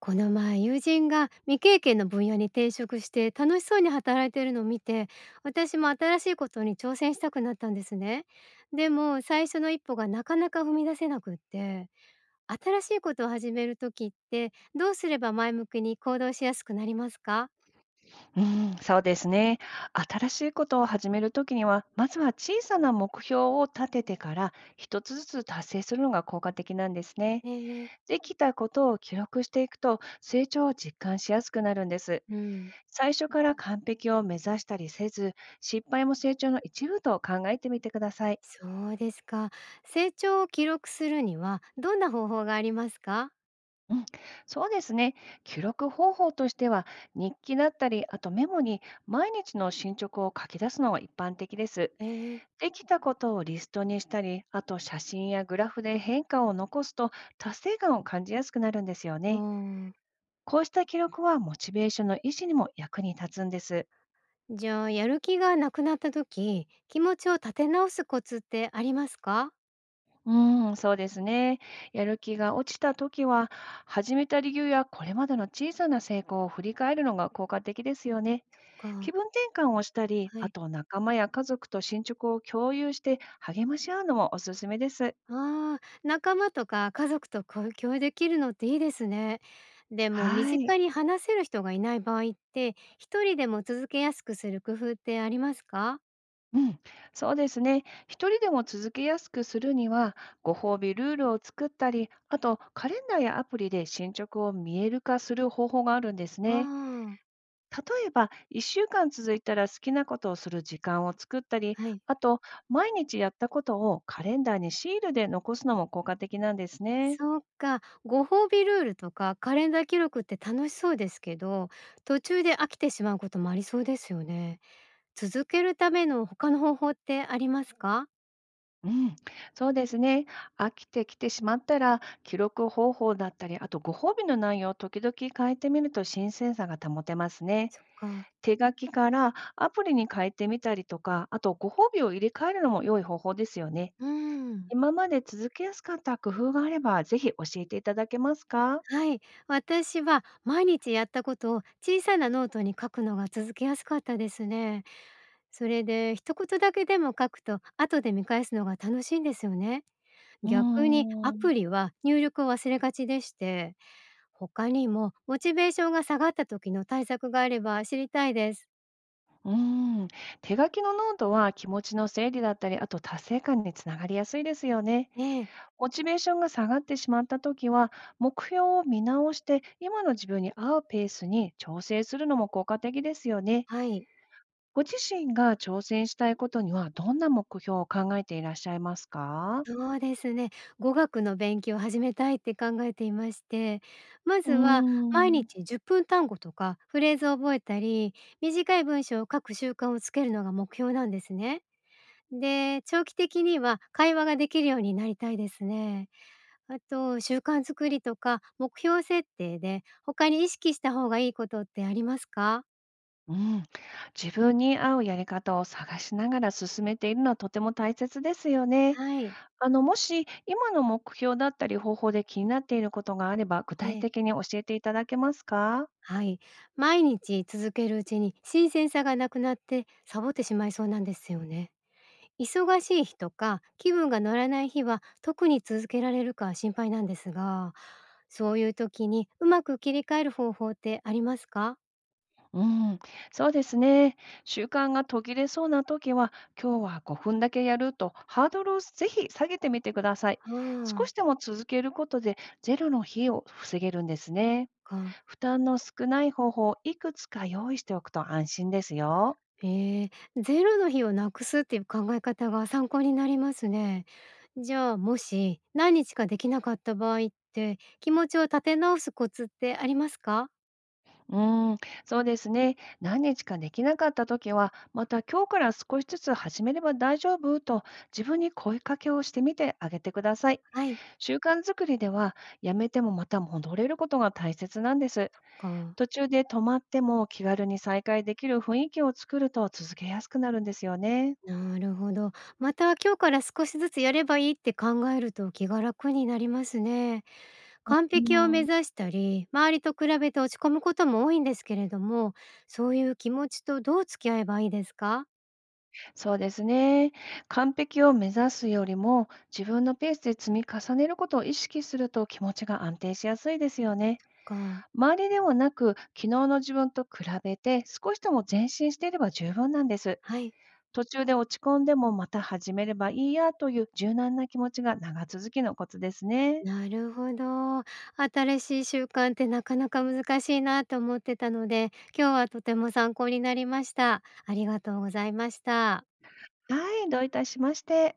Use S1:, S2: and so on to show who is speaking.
S1: この前友人が未経験の分野に転職して楽しそうに働いているのを見て、私も新しいことに挑戦したくなったんですね。でも最初の一歩がなかなか踏み出せなくって、新しいことを始める時ってどうすれば前向きに行動しやすくなりますか？
S2: うそうですね。新しいことを始めるときには、まずは小さな目標を立ててから、一つずつ達成するのが効果的なんですね。
S1: ええ。
S2: できたことを記録していくと、成長を実感しやすくなるんです。
S1: うん。
S2: 最初から完璧を目指したりせず、失敗も成長の一部と考えてみてください。
S1: そうですか。成長を記録するにはどんな方法がありますか？
S2: うん、そうですね。記録方法としては、日記だったり、あとメモに毎日の進捗を書き出すのが一般的です。
S1: ええ。
S2: できたことをリストにしたり、あと写真やグラフで変化を残すと達成感を感じやすくなるんですよ
S1: う
S2: ね。
S1: ん。
S2: こうした記録はモチベーションの維持にも役に立つんです。
S1: じゃあ、やる気がなくなった時、気持ちを立て直すコツってありますか？
S2: そうですね。やる気が落ちた時は、始めた理由やこれまでの小さな成功を振り返るのが効果的ですよね。
S1: か、
S2: 気分転換をしたり、
S1: は
S2: あ
S1: い。
S2: と仲間や家族と進捗を共有して励まし合うのもおすすめです。
S1: ああ、仲間とか家族とこう共有できるのっていいですね。でも身
S2: はい。
S1: 近に話せる人がいない場合って、一人でも続けやすくする工夫ってありますか？
S2: うん、そうですね。一人でも続けやすくするには、ご褒美ルールを作ったり、あとカレンダーやアプリで進捗を見える化する方法があるんですね。
S1: ああ、
S2: 例えば、1週間続いたら好きなことをする時間を作ったり、
S1: はい。
S2: あと、毎日やったことをカレンダーにシールで残すのも効果的なんですね。
S1: そうか、ご褒美ルールとかカレンダー記録って楽しそうですけど、途中で飽きてしまうこともありそうですよね。続けるための他の方法ってありますか？
S2: うん、そうですね。飽きてきてしまったら、記録方法だったり、あとご褒美の内容を時々変えてみると新鮮さが保てますね。
S1: そっか。
S2: 手書きからアプリに変えてみたりとか、あとご褒美を入れ替えるのも良い方法ですよね。
S1: うーん。
S2: 今まで続けやすかった工夫があれば、ぜひ教えていただけますか？
S1: はい。私は毎日やったことを小さなノートに書くのが続けやすかったですね。それで一言だけでも書くと後で見返すのが楽しいんですよね。
S2: うー
S1: 逆にア
S2: ん、う
S1: プリは入力を忘れがちでして、他にもモチベーションが下がった時の対策があれば知りたいです。
S2: ーん。手書きのノートは気持ちの整理だったり、あと達成感につながりやすいですよね。
S1: ええ、
S2: モチベーションが下がってしまった時は、目標を見直して、今の自分に合うペースに調整するのも効果的ですよね。
S1: はい。
S2: ご自身が挑戦したいことには、どんな目標を考えていらっしゃいますか？
S1: そうですね。語学の勉強を始めたいって考えていまして、ま
S2: う
S1: ず
S2: ー
S1: は毎
S2: ん。
S1: 日10分単語とかフレーズを覚えたり、短い文章を書く習慣をつけるのが目標なんですね。で、長期的には会話ができるようになりたいですね。あと、習慣作りとか目標設定で他に意識した方がいいことってありますか？
S2: うん、自分に合うやり方を探しながら進めているのはとても大切ですよね。
S1: はい。
S2: もし今の目標だったり方法で気になっていることがあれば、具体
S1: ね、
S2: 的に教えていただけますか？
S1: はい。毎日続けるうちに新鮮さがなくなってサボってしまいそうなんですよね。忙しい日とか気分が乗らない日は特に続けられるか心配なんですが、そういう時にうまく切り替える方法ってありますか？
S2: うん、そうですね。習慣が途切れそうな時は、今日は5分だけやるとハードルをぜひ下げてみてください。
S1: あ
S2: 少
S1: あ、
S2: しでも続けることでゼロの日を防げるんですね。
S1: か。
S2: 負担の少ない方法をいくつか用意しておくと安心ですよ。
S1: ええ、ゼロの日をなくすっていう考え方が参考になりますね。じゃあ、もし何日かできなかった場合って、気持ちを立て直すコツってありますか？
S2: うん、そうですね。何日かできなかった時は、また今日から少しずつ始めれば大丈夫と自分に声かけをしてみてあげてください。
S1: はい、
S2: 習慣作りでは、やめてもまた戻れることが大切なんです。
S1: か。
S2: 途中で止まっても気軽に再開できる雰囲気を作ると続けやすくなるんですよね。
S1: なるほど。また今日から少しずつやればいいって考えると気が楽になりますね。完
S2: う
S1: 璧を目
S2: ん、
S1: 指したり、周りと比べて落ち込むことも多いんですけれども、そういう気持ちとどう付き合えばいいですか？
S2: そうですね。完璧を目指すよりも、自分のペースで積み重ねることを意識すると気持ちが安定しやすいですよね。
S1: か、
S2: 周りではなく、昨日の自分と比べて少しでも前進していれば十分なんです。
S1: はい、
S2: 途中で落ち込んでもまた始めればいいやという柔軟な気持ちが長続きのコツですね。
S1: なるほど。新しい習慣ってなかなか難しいなと思ってたので、今日はとても参考になりました。ありがとうございました。
S2: はい、どういたしまして。